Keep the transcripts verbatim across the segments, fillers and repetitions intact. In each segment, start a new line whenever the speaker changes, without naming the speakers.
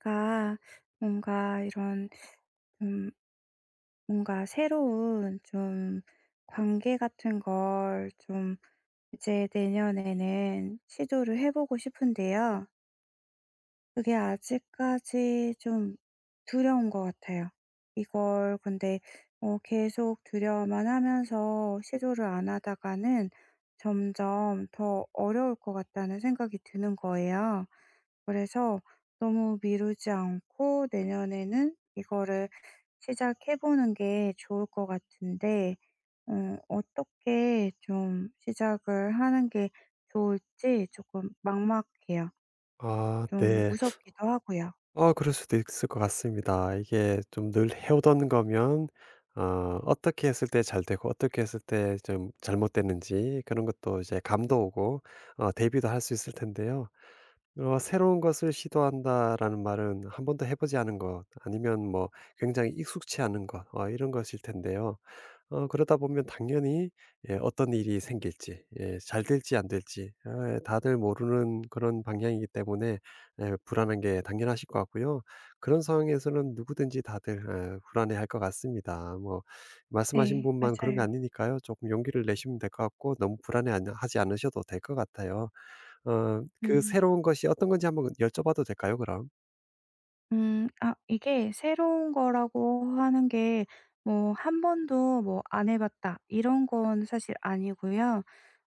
그 뭔가 이런 좀, 뭔가 새로운 좀 관계 같은 걸 좀 이제 내년에는 시도를 해 보고 싶은데요. 그게 아직까지 좀 두려운 것 같아요. 이걸, 근데 어 계속 두려워만 하면서 시도를 안 하다가는 점점 더 어려울 것 같다는 생각이 드는 거예요. 그래서 너무 미루지 않고 내년에는 이거를 시작해 보는 게 좋을 것 같은데, 어 어떻게 좀 시작을 하는 게 좋을지 조금 막막해요.
아
좀
네.
무섭기도 하고요.
어 그럴 수도 있을 것 같습니다. 이게 좀 늘 해오던 거면 어 어떻게 했을 때 잘 되고 어떻게 했을 때 좀 잘못됐는지 그런 것도 이제 감도 오고 어 대비도 할 수 있을 텐데요. 어 '새로운 것을 시도한다.'라는 말은 한 번도 해 보지 않은 것 아니면 뭐 굉장히 익숙치 않은 것 어 이런 것일 텐데요. 어 그러다 보면 당연히 예 어떤 일이 생길지 예 잘 될지 안 될지 아, 다들 모르는 그런 방향이기 때문에 예 불안한 게 당연하실 것 같고요. 그런 상황에서는 누구든지 다들 예 불안해할 것 같습니다. 뭐 말씀하신
네,
분만 그런 거
맞아요.
아니니까요. 조금 용기를 내시면 될 것 같고 너무 불안해 하지 않으셔도 될 것 같아요. 어 그
음.
새로운 것이 어떤 건지 한번 여쭤봐도 될까요, 그럼?
음 아, 이게 새로운 거라고 하는 게, 뭐 한 번도, 뭐 안 해 봤다 이런 건 사실 아니고요.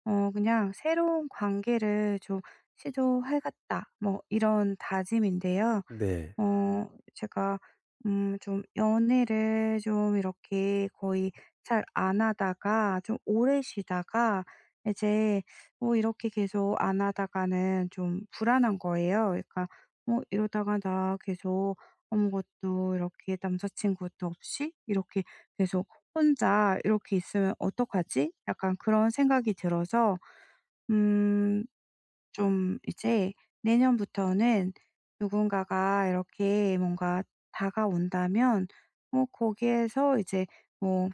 어 그냥 '새로운 관계를 좀 시도해겠다,' 뭐 이런 다짐인데요.
네.
어 제가 음 좀 연애를 좀 이렇게 거의 잘 안 하다가, 좀 오래 쉬다가 이제, 뭐 이렇게 계속 안 하다가는 좀 불안한 거예요. 그러니까 뭐 '이러다가 나 계속 아무것도 이렇게, 남자 친구도 없이 이렇게 계속 혼자 이렇게 있으면 어떡하지?' 약간 그런 생각이 들어서, 음 좀 이제 내년부터는 누군가가 이렇게 뭔가 다가온다면, 뭐 거기에서 이제, 뭐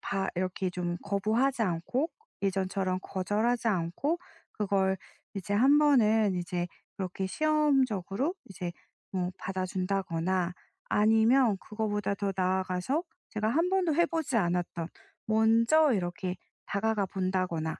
바 이렇게 좀 거부하지 않고, 예전처럼 거절하지 않고 그걸 이제 한 번은 이제 그렇게 시험적으로 이제, 뭐 받아준다거나, 아니면 그거보다 더 나아가서, 제가 한 번도 해 보지 않았던, 먼저 이렇게 다가가 본다거나,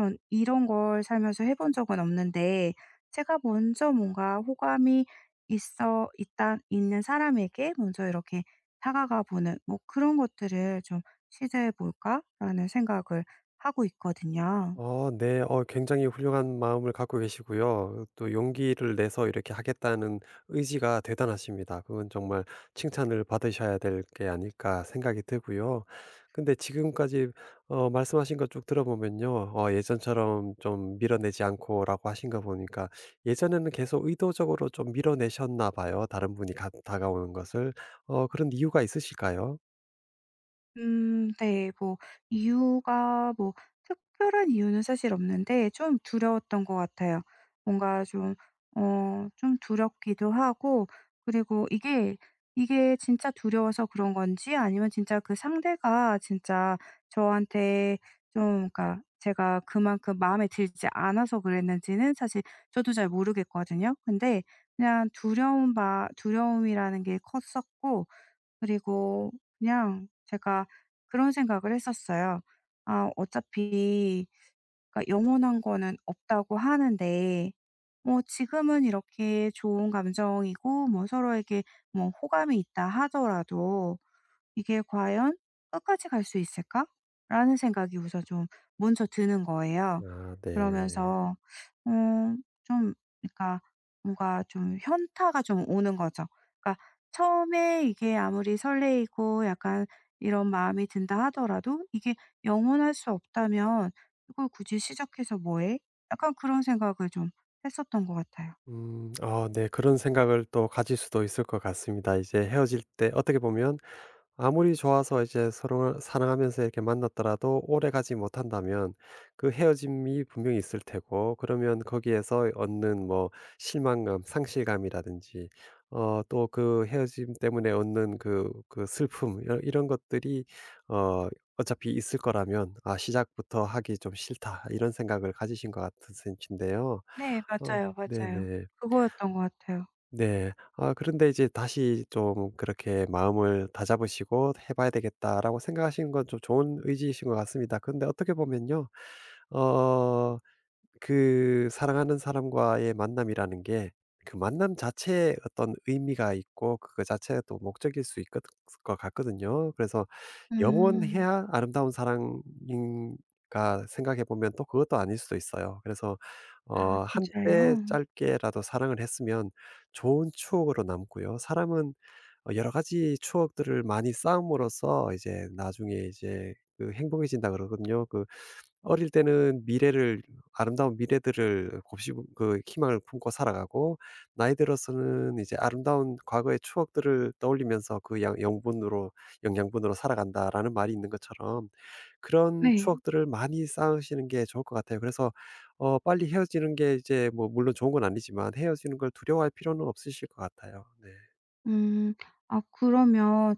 전 이런 걸 살면서 해본 적은 없는데, 제가 먼저 뭔가 호감이 있어 있다 있는 사람에게 먼저 이렇게 다가가 보는, 뭐 그런 것들을 좀 시도해 볼까라는 생각을 하고 있거든요.
어 네. 어 굉장히 훌륭한 마음을 갖고 계시고요. 또 용기를 내서 이렇게 하겠다는 의지가 대단하십니다. 그건 정말 칭찬을 받으셔야 될 게 아닐까 생각이 들고요. 근데 지금까지 어 말씀하신 거 쭉 들어보면요. 어 예전처럼 좀 밀어내지 않고라고 하신 거 보니까 예전에는 계속 의도적으로 좀 밀어내셨나 봐요, 다른 분이 가 다가오는 것을. 어 그런 이유가 있으실까요?
음, 네. 뭐 이유가, 뭐 특별한 이유는 사실 없는데 좀 두려웠던 것 같아요. 뭔가 좀 어 좀 두렵기도 하고, 그리고 이게, 이게 진짜 두려워서 그런 건지, 아니면 진짜 그 상대가 진짜 저한테 좀, 그러니까 제가 그만큼 마음에 들지 않아서 그랬는지는 사실 저도 잘 모르겠거든요. 근데 그냥 두려움 바 두려움이라는 게 컸었고, 그리고 그냥 제가 그런 생각을 했었어요. 아, 어차피, 그러니까 영원한 거는 없다고 하는데, 뭐 지금은 이렇게 좋은 감정이고 뭐 서로에게 뭐 호감이 있다 하더라도, '이게 과연 끝까지 갈 수 있을까?'라는 생각이 우선 좀 먼저 드는 거예요.
아 네.
그러면서 음 좀, 그러니까 뭔가 좀 현타가 좀 오는 거죠. 그러니까 처음에 이게 아무리 설레이고 약간 이런 마음이 든다 하더라도, '이게 영원할 수 없다면 이걸 굳이 시작해서 뭐 해?' 약간 그런 생각을 좀 했었던 것 같아요.
음. 아 네. 그런 생각을 또 가질 수도 있을 것 같습니다. 이제 헤어질 때 어떻게 보면 아무리 좋아서 이제 서로를 사랑하면서 이렇게 만났더라도 오래가지 못한다면 그 헤어짐이 분명히 있을 테고 그러면 거기에서 얻는 뭐 실망감, 상실감이라든지 어 또 그 헤어짐 때문에 얻는 그 그 슬픔 이런 이런 것들이 어 어차피 있을 거라면 '아 시작부터 하기 좀 싫다.' 이런 생각을 가지신 것 같으신데요.
네,
어
맞아요, 맞아요.
네네.
그거였던 것 같아요.
네. 아 그런데 이제 다시 좀 그렇게 마음을 다잡으시고 '해 봐야 되겠다.'라고 생각하시는 건 좀 좋은 의지이신 것 같습니다. 근데 어떻게 보면요. 어 그 사랑하는 사람과의 만남이라는 게 그 만남 자체에 어떤 의미가 있고 그거 자체가 또 목적일 수 있을 것 같거든요. 그래서
음.
영원해야 아름다운 사랑인가 생각해 보면 또 그것도 아닐 수도 있어요. 그래서
아,
어 한때
진짜요?
짧게라도 사랑을 했으면 좋은 추억으로 남고요. 사람은 어 여러 가지 추억들을 많이 쌓음으로써 이제 나중에 이제 그 행복해진다 그러거든요. 그 어릴 때는 미래를 아름다운 미래들을 곱씹 그 희망을 품고 살아가고 나이 들어서는 이제 아름다운 과거의 추억들을 떠올리면서 그 양 영분으로 영양분으로 살아간다라는 말이 있는 것처럼 그런
네.
추억들을 많이 쌓으시는 게 좋을 것 같아요. 그래서 어 빨리 헤어지는 게 이제 뭐 물론 좋은 건 아니지만 헤어지는 걸 두려워할 필요는 없으실 것 같아요. 네.
음. 아, 그러면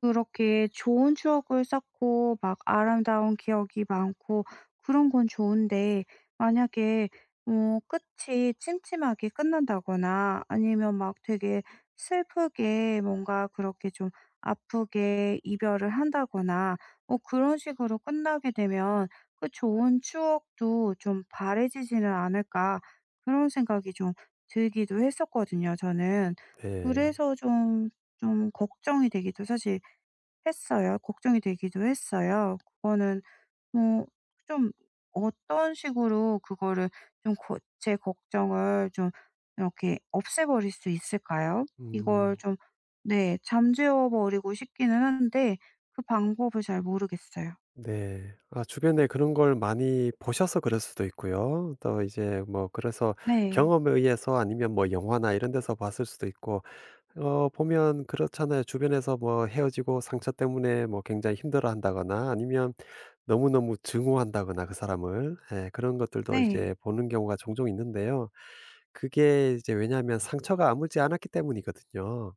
그렇게 좋은 추억을 쌓고 막 아름다운 기억이 많고 그런 건 좋은데, 만약에 어 끝이 침침하게 끝난다거나, 아니면 막 되게 슬프게 뭔가 그렇게 좀 아프게 이별을 한다거나, 뭐 그런 식으로 끝나게 되면, '그 좋은 추억도 좀 바래지지는 않을까.' 그런 생각이 좀 들기도 했었거든요, 저는.
네.
그래서 좀 좀 걱정이 되기도 사실 했어요. 걱정이 되기도 했어요. 그거는, 뭐 좀 어떤 식으로 그거를 좀 고 제 걱정을 좀 이렇게 없애버릴 수 있을까요? 이걸
음.
좀, 네, 잠재워 버리고 싶기는 한데 그 방법을 잘 모르겠어요.
네. 아 주변에 그런 걸 많이 보셔서 그럴 수도 있고요. 또 이제 뭐 그래서
네.
경험에 의해서 아니면 뭐 영화나 이런 데서 봤을 수도 있고 어 보면 그렇잖아요. 주변에서 뭐 헤어지고 상처 때문에 뭐 굉장히 힘들어한다거나 아니면 너무너무 증오한다거나 그 사람을 예 그런 것들도
네.
이제 보는 경우가 종종 있는데요. 그게 이제 왜냐하면 상처가 아물지 않았기 때문이거든요.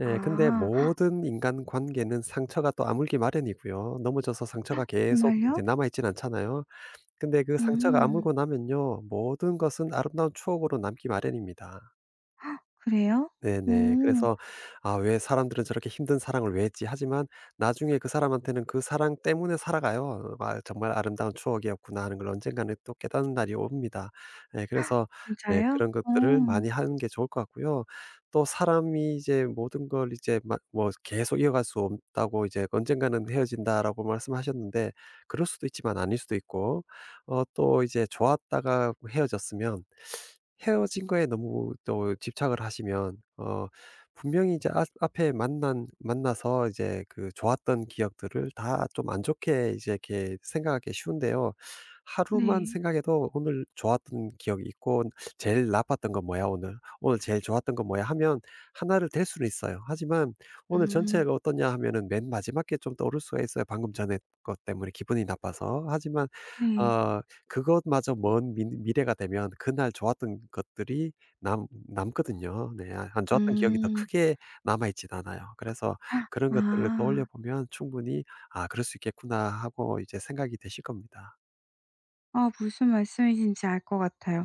예. 근데
아,
모든 인간관계는 상처가 또 아물기 마련이고요. 넘어져서 상처가 계속 이제
정말요?
남아 있진 않잖아요. 근데 그 상처가
음.
아물고 나면요 모든 것은 아름다운 추억으로 남기 마련입니다.
그래요?
네네.
오.
그래서 '아 왜 사람들은 저렇게 힘든 사랑을 왜 했지?' 하지만 나중에 그 사람한테는 그 사랑 때문에 살아가요. '아 정말 아름다운 추억이었구나.' 하는 걸 언젠가는 또 깨닫는 날이 옵니다. 네, 그래서 네
진짜요?
그런 것들을 많이
오.
하는 게 좋을 것 같고요. 또 사람이 이제 모든 걸 이제 막 뭐 계속 이어갈 수 없다고 이제 "언젠가는 헤어진다."라고 말씀하셨는데 그럴 수도 있지만 아닐 수도 있고 어 또 이제 좋았다가 헤어졌으면 헤어진 거에 너무 또 집착을 하시면 어 분명히 이제 앞 앞에 만난 만나서 이제 그 좋았던 기억들을 다 좀 안 좋게 이제 이렇게 생각하기 쉬운데요. 하루만
네.
생각해도 '오늘 좋았던 기억이 있고 제일 나빴던 건 뭐야 오늘. 오늘 제일 좋았던 건 뭐야.' 하면 하나를 댈 수는 있어요. 하지만 '오늘
음,
전체가 어떠냐.' 하면은 맨 마지막 게 좀 떠오를 수가 있어요, 방금 전에 것 때문에 기분이 나빠서. 하지만
네.
어 그것마저 먼 미 미래가 되면 그날 좋았던 것들이 남 남거든요. 네. 아 안 좋았던 기억이 더
음.
크게 남아 있진 않아요. 그래서 그런 것들을 떠올려
아.
보면 충분히 '아 그럴 수 있겠구나.' 하고 이제 생각이 되실 겁니다.
아, 무슨 말씀이신지 알 것 같아요.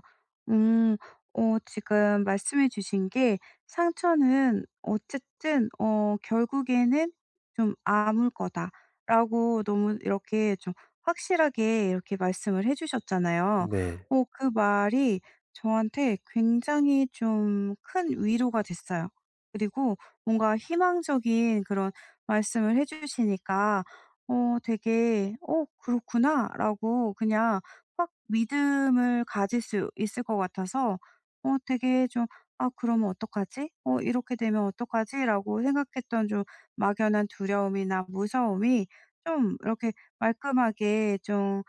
음. 어 지금 말씀해 주신 게, 상처는 어쨌든 어 결국에는 좀 아물 거다라고 너무 이렇게 좀 확실하게 이렇게 말씀을 해 주셨잖아요.
네.
어 그 말이 저한테 굉장히 좀 큰 위로가 됐어요. 그리고 뭔가 희망적인 그런 말씀을 해 주시니까 어 되게 '어, 그렇구나.'라고, 그냥 확 믿음을 가질 수 있을 것 같아서, 어 되게 좀 '아, 그러면 어떡하지? 어, 이렇게 되면 어떡하지?'라고 생각했던, 좀 막연한 두려움이나 무서움이 좀 이렇게 말끔하게, 좀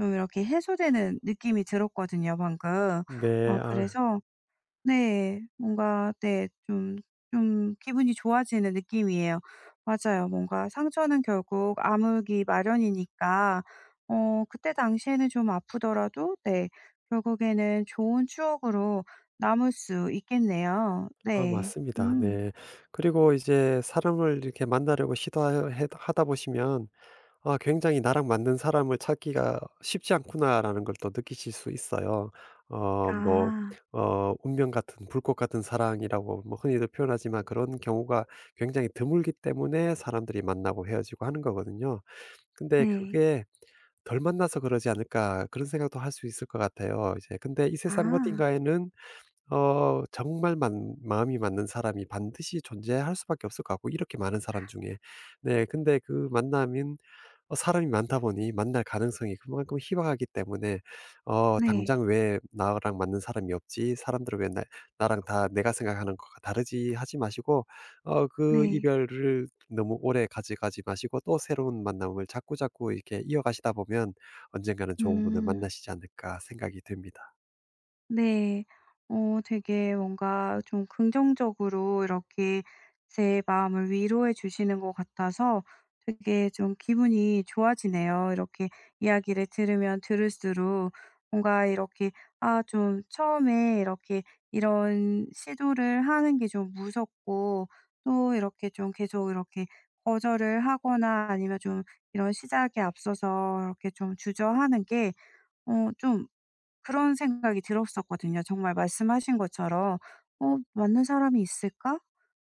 좀 이렇게 해소되는 느낌이 들었거든요, 방금.
네.
아,
아
그래서, 네, 뭔가, 네, 좀 좀 기분이 좋아지는 느낌이에요. 맞아요. 뭔가 상처는 결국 아물기 마련이니까, 어 그때 당시에는 좀 아프더라도, 네, 결국에는 좋은 추억으로 남을 수 있겠네요.
아
네.
맞습니다.
음.
네. 그리고 이제 사람을 이렇게 만나려고 시도하 해 하다 보시면 아 굉장히 '나랑 맞는 사람을 찾기가 쉽지 않구나.'라는 걸 또 느끼실 수 있어요. 어 뭐
아.
어 운명 같은 불꽃 같은 사랑이라고 뭐 흔히들 표현하지만 그런 경우가 굉장히 드물기 때문에 사람들이 만나고 헤어지고 하는 거거든요. 근데
네.
그게 '덜 만나서 그러지 않을까.' 그런 생각도 할 수 있을 것 같아요. 이제 근데 이 세상
아.
어딘가에는 어 정말 만 마음이 맞는 사람이 반드시 존재할 수밖에 없을 것 같고 이렇게 많은 사람 중에. 네 근데 그 만남인 어 사람이 많다 보니 만날 가능성이 그만큼 희박하기 때문에 어
네.
'당장 왜 나랑 맞는 사람이 없지? 사람들은 왜 나 나랑 다 내가 생각하는 것과 다르지?' 하지 마시고 어 그
네.
이별을 너무 오래 가져가지 마시고 또 새로운 만남을 자꾸자꾸 이렇게 이어가시다 보면 언젠가는 좋은 분을
음.
만나시지 않을까 생각이 듭니다.
네. 어 되게 뭔가 좀 긍정적으로 이렇게 제 마음을 위로해 주시는 것 같아서 되게 좀 기분이 좋아지네요. 이렇게 이야기를 들으면 들을수록 뭔가 이렇게, 아, 좀 처음에 이렇게 이런 시도를 하는 게 좀 무섭고, 또 이렇게 좀 계속 이렇게 거절을 하거나, 아니면 좀 이런 시작에 앞서서 이렇게 좀 주저하는 게어좀 그런 생각이 들었었거든요. 정말 말씀하신 것처럼, '어 맞는 사람이 있을까?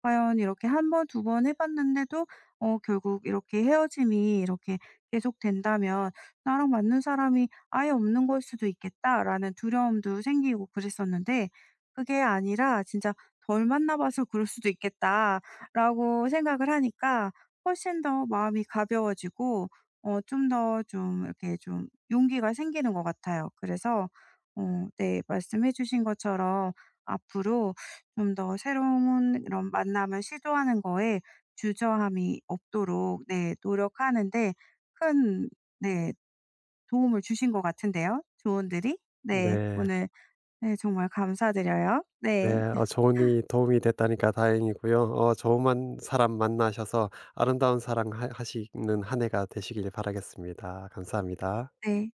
과연 이렇게 한 번 두 번 해 봤는데도 어 결국 이렇게 헤어짐이 이렇게 계속된다면 나랑 맞는 사람이 아예 없는 걸 수도 있겠다.'라는 두려움도 생기고 그랬었는데, 그게 아니라 '진짜 덜 만나 봐서 그럴 수도 있겠다.'라고 생각을 하니까 훨씬 더 마음이 가벼워지고 어 좀 더 좀 이렇게 좀 용기가 생기는 것 같아요. 그래서 어 네, 말씀해 주신 것처럼 앞으로 좀 더 새로운 이런 만남을 시도하는 거에 주저함이 없도록 네, 노력하는데 큰, 네, 도움을 주신 것 같은데요, 조언들이. 네,
네.
오늘, 네, 정말 감사드려요. 네.
네. 어 조언이 도움이 됐다니까 다행이고요. 어 좋은 사람 만나셔서 아름다운 사랑 하 하시는 한 해가 되시길 바라겠습니다. 감사합니다.
네.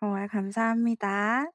정말 감사합니다.